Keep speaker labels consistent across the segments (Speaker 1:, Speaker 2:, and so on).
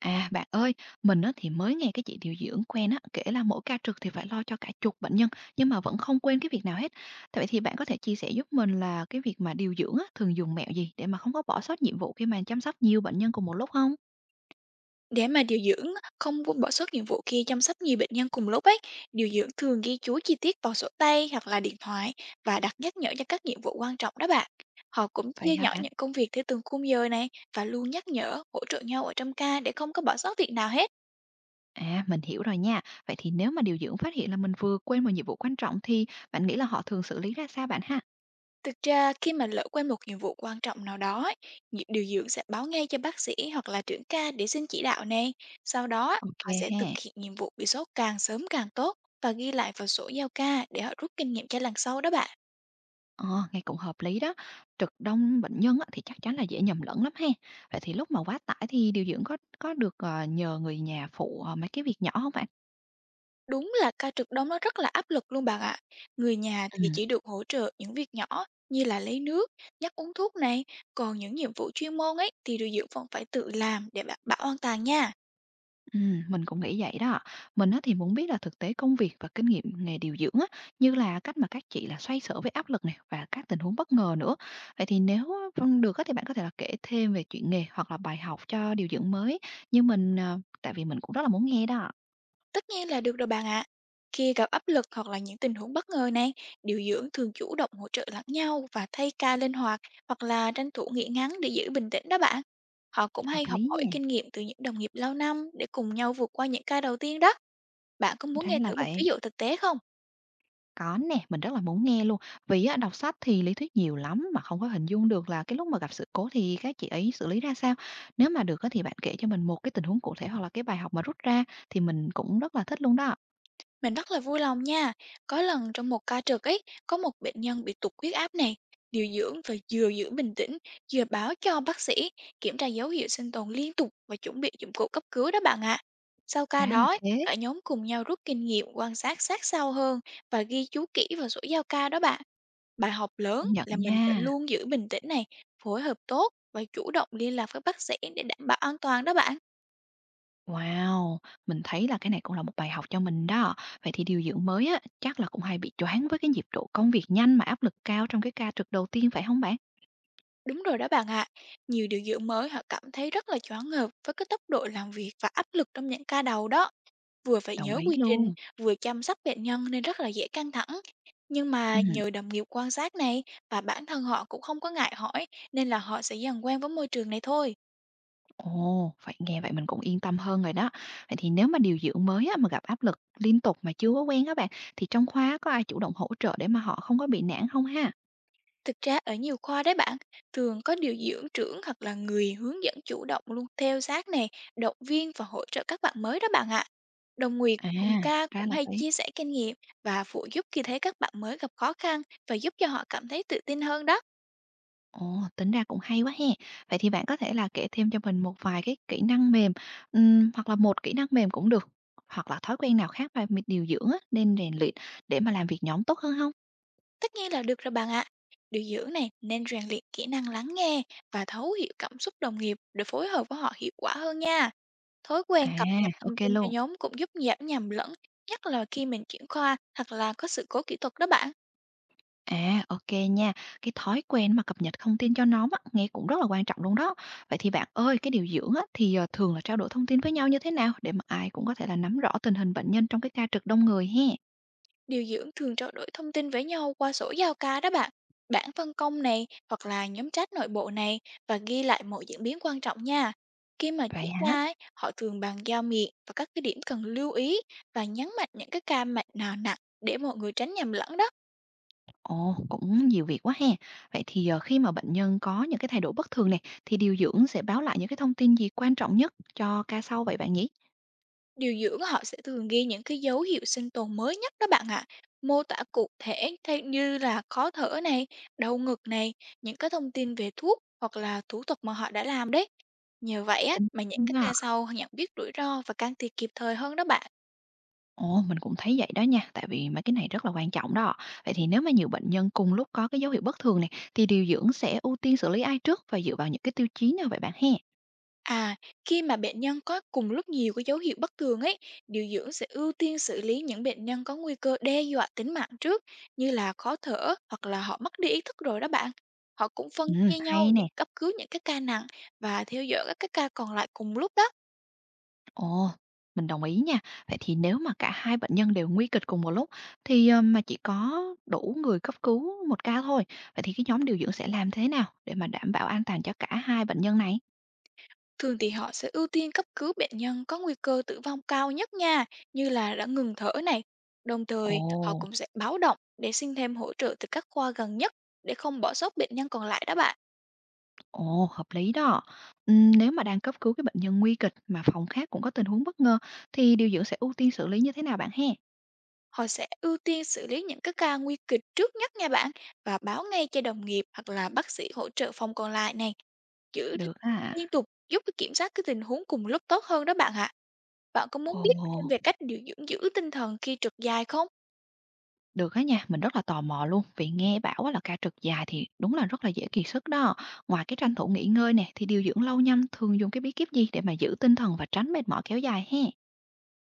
Speaker 1: À, bạn ơi, mình á thì mới nghe cái chị điều dưỡng quen á kể là mỗi ca trực thì phải lo cho cả chục bệnh nhân nhưng mà vẫn không quên cái việc nào hết. Vậy thì bạn có thể chia sẻ giúp mình là cái việc mà điều dưỡng á thường dùng mẹo gì để mà không có bỏ sót nhiệm vụ khi mà chăm sóc nhiều bệnh nhân cùng một lúc không?
Speaker 2: Để mà điều dưỡng không bỏ sót nhiệm vụ kia chăm sóc nhiều bệnh nhân cùng lúc ấy, điều dưỡng thường ghi chú chi tiết vào sổ tay hoặc là điện thoại và đặt nhắc nhở cho các nhiệm vụ quan trọng đó bạn. Họ cũng
Speaker 1: Vậy
Speaker 2: chia
Speaker 1: hả
Speaker 2: nhỏ
Speaker 1: bạn?
Speaker 2: những công việc theo từng khung giờ này và luôn nhắc nhở, hỗ trợ nhau ở trong ca để không có bỏ sót việc nào hết.
Speaker 1: À, mình hiểu rồi nha. Vậy thì nếu mà điều dưỡng phát hiện là mình vừa quên một nhiệm vụ quan trọng thì bạn nghĩ là họ thường xử lý ra sao bạn ha?
Speaker 2: Thực ra khi mà lỡ quên một nhiệm vụ quan trọng nào đó, ấy, điều dưỡng sẽ báo ngay cho bác sĩ hoặc là trưởng ca để xin chỉ đạo này. Sau đó,
Speaker 1: Ok
Speaker 2: họ sẽ
Speaker 1: ha.
Speaker 2: thực hiện nhiệm vụ bị sốt càng sớm càng tốt và ghi lại vào sổ giao ca để họ rút kinh nghiệm cho lần sau đó bạn.
Speaker 1: Ờ, nghe cũng hợp lý đó. Trực đông bệnh nhân á, thì chắc chắn là dễ nhầm lẫn lắm ha. Vậy thì lúc mà quá tải thì điều dưỡng có được nhờ người nhà phụ mấy cái việc nhỏ không bạn?
Speaker 2: Đúng là ca trực đông nó rất là áp lực luôn bạn ạ. Người nhà
Speaker 1: Ừ.
Speaker 2: thì chỉ được hỗ trợ những việc nhỏ như là lấy nước, nhắc uống thuốc này, còn những nhiệm vụ chuyên môn ấy thì điều dưỡng vẫn phải tự làm để đảm bảo an toàn nha.
Speaker 1: Ừ, mình cũng nghĩ vậy đó. Mình á, thì muốn biết là thực tế công việc và kinh nghiệm nghề điều dưỡng á, như là cách mà các chị là xoay sở với áp lực này và các tình huống bất ngờ nữa. Vậy thì nếu á, vâng, được á, thì bạn có thể là kể thêm về chuyện nghề hoặc là bài học cho điều dưỡng mới như mình tại vì mình cũng rất là muốn nghe đó.
Speaker 2: Tất nhiên là được rồi bạn ạ. Khi gặp áp lực hoặc là những tình huống bất ngờ này, điều dưỡng thường chủ động hỗ trợ lẫn nhau và thay ca linh hoạt hoặc là tranh thủ nghỉ ngắn để giữ bình tĩnh đó bạn. Họ cũng
Speaker 1: Hợp
Speaker 2: hay học
Speaker 1: lý
Speaker 2: hỏi
Speaker 1: nha.
Speaker 2: kinh nghiệm từ những đồng nghiệp lâu năm để cùng nhau vượt qua những ca đầu tiên đó. Bạn có muốn
Speaker 1: Thế
Speaker 2: nghe
Speaker 1: là
Speaker 2: thử một ví
Speaker 1: vậy.
Speaker 2: dụ thực tế không?
Speaker 1: Có nè, mình rất là muốn nghe luôn. Vì á, đọc sách thì lý thuyết nhiều lắm mà không có hình dung được là cái lúc mà gặp sự cố thì các chị ấy xử lý ra sao. Nếu mà được á, thì bạn kể cho mình một cái tình huống cụ thể hoặc là cái bài học mà rút ra thì mình cũng rất là thích luôn đó.
Speaker 2: Mình rất là vui lòng nha. Có lần trong một ca trực ấy, có một bệnh nhân bị tụt huyết áp này, điều dưỡng và vừa giữ bình tĩnh, vừa báo cho bác sĩ kiểm tra dấu hiệu sinh tồn liên tục và chuẩn bị dụng cụ cấp cứu đó bạn ạ. Sau ca
Speaker 1: Ra
Speaker 2: đó,
Speaker 1: là
Speaker 2: ấy,
Speaker 1: thế,
Speaker 2: cả nhóm cùng nhau rút kinh nghiệm quan sát sát sao hơn và ghi chú kỹ vào sổ giao ca đó bạn. Bài học lớn
Speaker 1: công nhận
Speaker 2: là mình phải
Speaker 1: nha.
Speaker 2: luôn giữ bình tĩnh này, phối hợp tốt và chủ động liên lạc với bác sĩ để đảm bảo an toàn đó bạn.
Speaker 1: Wow, mình thấy là cái này cũng là một bài học cho mình đó. Vậy thì điều dưỡng mới á, chắc là cũng hay bị choáng với cái nhịp độ công việc nhanh mà áp lực cao trong cái ca trực đầu tiên phải không bạn?
Speaker 2: Đúng rồi đó bạn ạ, nhiều điều dưỡng mới họ cảm thấy rất là choáng ngợp với cái tốc độ làm việc và áp lực trong những ca đầu đó, vừa phải
Speaker 1: Đồng
Speaker 2: nhớ
Speaker 1: ý
Speaker 2: quy trình,
Speaker 1: luôn.
Speaker 2: vừa chăm sóc bệnh nhân nên rất là dễ căng thẳng. Nhưng
Speaker 1: Ừ.
Speaker 2: mà nhờ đồng nghiệp quan sát này và bản thân họ cũng không có ngại hỏi nên là họ sẽ dần quen với môi trường này thôi.
Speaker 1: Ồ, vậy nghe vậy mình cũng yên tâm hơn rồi đó. Vậy thì nếu mà điều dưỡng mới á, mà gặp áp lực liên tục mà chưa có quen các bạn, thì trong khóa có ai chủ động hỗ trợ để mà họ không có bị nản không ha?
Speaker 2: Thực ra ở nhiều khoa đấy bạn, thường có điều dưỡng trưởng hoặc là người hướng dẫn chủ động luôn theo sát nè, động viên và hỗ trợ các bạn mới đó bạn ạ. Đồng nghiệp
Speaker 1: À,
Speaker 2: cùng ca
Speaker 1: ra
Speaker 2: cũng
Speaker 1: là
Speaker 2: hay
Speaker 1: vậy.
Speaker 2: chia sẻ kinh nghiệm và phụ giúp khi thấy các bạn mới gặp khó khăn và giúp cho họ cảm thấy tự tin hơn đó.
Speaker 1: Ồ, tính ra cũng hay quá he. Vậy thì bạn có thể là kể thêm cho mình một vài cái kỹ năng mềm, hoặc là một kỹ năng mềm cũng được, hoặc là thói quen nào khác mà điều dưỡng á, nên rèn luyện để mà làm việc nhóm tốt hơn không?
Speaker 2: Tất nhiên là được rồi bạn ạ. Điều dưỡng này nên rèn luyện kỹ năng lắng nghe và thấu hiểu cảm xúc đồng nghiệp để phối hợp với họ hiệu quả hơn nha. Thói
Speaker 1: À,
Speaker 2: quen cập nhật thông
Speaker 1: ok
Speaker 2: tin cho
Speaker 1: luôn.
Speaker 2: nhóm cũng giúp giảm nhầm lẫn, nhất là khi mình chuyển khoa hoặc là có sự cố kỹ thuật đó bạn.
Speaker 1: À, ok nha. Cái thói quen mà cập nhật thông tin cho nó á, nghe cũng rất là quan trọng luôn đó. Vậy thì bạn ơi, cái điều dưỡng á, thì, thường là trao đổi thông tin với nhau như thế nào để mà ai cũng có thể là nắm rõ tình hình bệnh nhân trong cái ca trực đông người he.
Speaker 2: Điều dưỡng thường trao đổi thông tin với nhau qua sổ giao ca đó bạn, bảng phân công này hoặc là nhóm chat nội bộ này, và ghi lại mọi diễn biến quan trọng nha. Khi mà
Speaker 1: Vậy
Speaker 2: chuyển
Speaker 1: hả?
Speaker 2: ca ấy, họ thường bàn giao miệng và các cái điểm cần lưu ý, và nhấn mạnh những cái ca mạch nào nặng để mọi người tránh nhầm lẫn đó.
Speaker 1: Ồ, cũng nhiều việc quá ha. Vậy thì, khi mà bệnh nhân có những cái thay đổi bất thường này thì điều dưỡng sẽ báo lại những cái thông tin gì quan trọng nhất cho ca sau vậy bạn nhỉ?
Speaker 2: Điều dưỡng họ sẽ thường ghi những cái dấu hiệu sinh tồn mới nhất đó bạn ạ. Mô tả cụ thể thay như là khó thở này, đau ngực này, những cái thông tin về thuốc hoặc là thủ thuật mà họ đã làm đấy. Nhờ vậy á,
Speaker 1: Tình
Speaker 2: mà những các ca sau nhận biết rủi ro và can thiệp kịp thời hơn đó bạn.
Speaker 1: Ồ, mình cũng thấy vậy đó nha, tại vì mấy cái này rất là quan trọng đó. Vậy thì nếu mà nhiều bệnh nhân cùng lúc có cái dấu hiệu bất thường này, thì điều dưỡng sẽ ưu tiên xử lý ai trước và dựa vào những cái tiêu chí nào vậy bạn he?
Speaker 2: À, khi mà bệnh nhân có cùng lúc nhiều cái dấu hiệu bất thường ấy, điều dưỡng sẽ ưu tiên xử lý những bệnh nhân có nguy cơ đe dọa tính mạng trước, như là khó thở hoặc là họ mất đi ý thức rồi đó bạn. Họ cũng phân
Speaker 1: Ừ,
Speaker 2: chia nhau
Speaker 1: hay
Speaker 2: những
Speaker 1: nè.
Speaker 2: cấp cứu những cái ca nặng và theo dõi các cái ca còn lại cùng lúc đó.
Speaker 1: Ồ, mình đồng ý nha. Vậy thì nếu mà cả hai bệnh nhân đều nguy kịch cùng một lúc, thì mà chỉ có đủ người cấp cứu một ca thôi, vậy thì cái nhóm điều dưỡng sẽ làm thế nào để mà đảm bảo an toàn cho cả hai bệnh nhân này?
Speaker 2: Thường thì họ sẽ ưu tiên cấp cứu bệnh nhân có nguy cơ tử vong cao nhất nha, như là đã ngừng thở này. Đồng
Speaker 1: Ồ.
Speaker 2: thời, họ cũng sẽ báo động để xin thêm hỗ trợ từ các khoa gần nhất để không bỏ sót bệnh nhân còn lại đó bạn.
Speaker 1: Ồ, hợp lý đó. Nếu mà đang cấp cứu cái bệnh nhân nguy kịch mà phòng khác cũng có tình huống bất ngờ thì điều dưỡng sẽ ưu tiên xử lý như thế nào bạn he?
Speaker 2: Họ sẽ ưu tiên xử lý những cái ca nguy kịch trước nhất nha bạn, và báo ngay cho đồng nghiệp hoặc là bác sĩ hỗ trợ phòng còn lại này. Giữ
Speaker 1: Được à.
Speaker 2: Liên tục giúp cái kiểm soát cái tình huống cùng lúc tốt hơn đó bạn ạ. Bạn có muốn biết thêm
Speaker 1: Ồ,
Speaker 2: về cách điều dưỡng giữ tinh thần khi trực dài không?
Speaker 1: được á nha, mình rất là tò mò luôn vì nghe bảo á là ca trực dài thì đúng là rất là dễ kiệt sức đó. Ngoài cái tranh thủ nghỉ ngơi nè thì điều dưỡng lâu năm thường dùng cái bí kíp gì để mà giữ tinh thần và tránh mệt mỏi kéo dài he?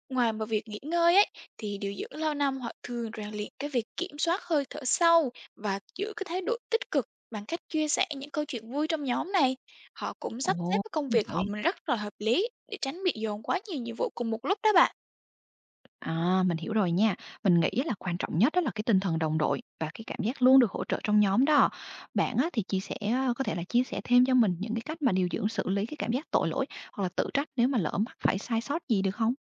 Speaker 2: Ngoài mà việc nghỉ ngơi ấy, thì điều dưỡng lâu năm họ thường rèn luyện cái việc kiểm soát hơi thở sâu và giữ cái thái độ tích cực bằng cách chia sẻ những câu chuyện vui trong nhóm này. Họ cũng sắp xếp
Speaker 1: Ồ,
Speaker 2: cái công việc họ
Speaker 1: vậy
Speaker 2: mình rất là hợp lý để tránh bị dồn quá nhiều nhiệm vụ cùng một lúc đó bạn.
Speaker 1: À, mình hiểu rồi nha. Mình nghĩ là quan trọng nhất đó là cái tinh thần đồng đội và cái cảm giác luôn được hỗ trợ trong nhóm đó. Bạn á, thì chia sẻ có thể là chia sẻ thêm cho mình những cái cách mà điều dưỡng xử lý cái cảm giác tội lỗi hoặc là tự trách nếu mà lỡ mắc phải sai sót gì được không?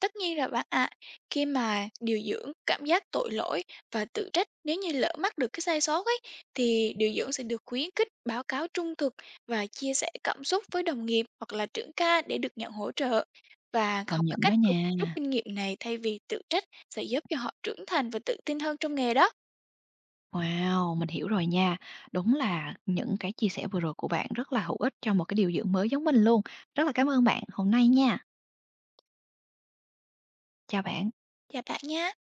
Speaker 2: Tất nhiên rồi bạn ạ, khi mà điều dưỡng cảm giác tội lỗi và tự trách nếu như lỡ mắc được cái sai sót ấy, thì điều dưỡng sẽ được khuyến khích báo cáo trung thực và chia sẻ cảm xúc với đồng nghiệp hoặc là trưởng ca để được nhận hỗ trợ. Và
Speaker 1: Công
Speaker 2: học các
Speaker 1: nhận
Speaker 2: cách
Speaker 1: đó
Speaker 2: rút
Speaker 1: nha.
Speaker 2: kinh nghiệm này thay vì tự trách sẽ giúp cho họ trưởng thành và tự tin hơn trong nghề đó.
Speaker 1: Wow, mình hiểu rồi nha. Đúng là những cái chia sẻ vừa rồi của bạn rất là hữu ích cho một cái điều dưỡng mới giống mình luôn. Rất là cảm ơn bạn hôm nay nha. Chào bạn.
Speaker 2: Chào bạn nha!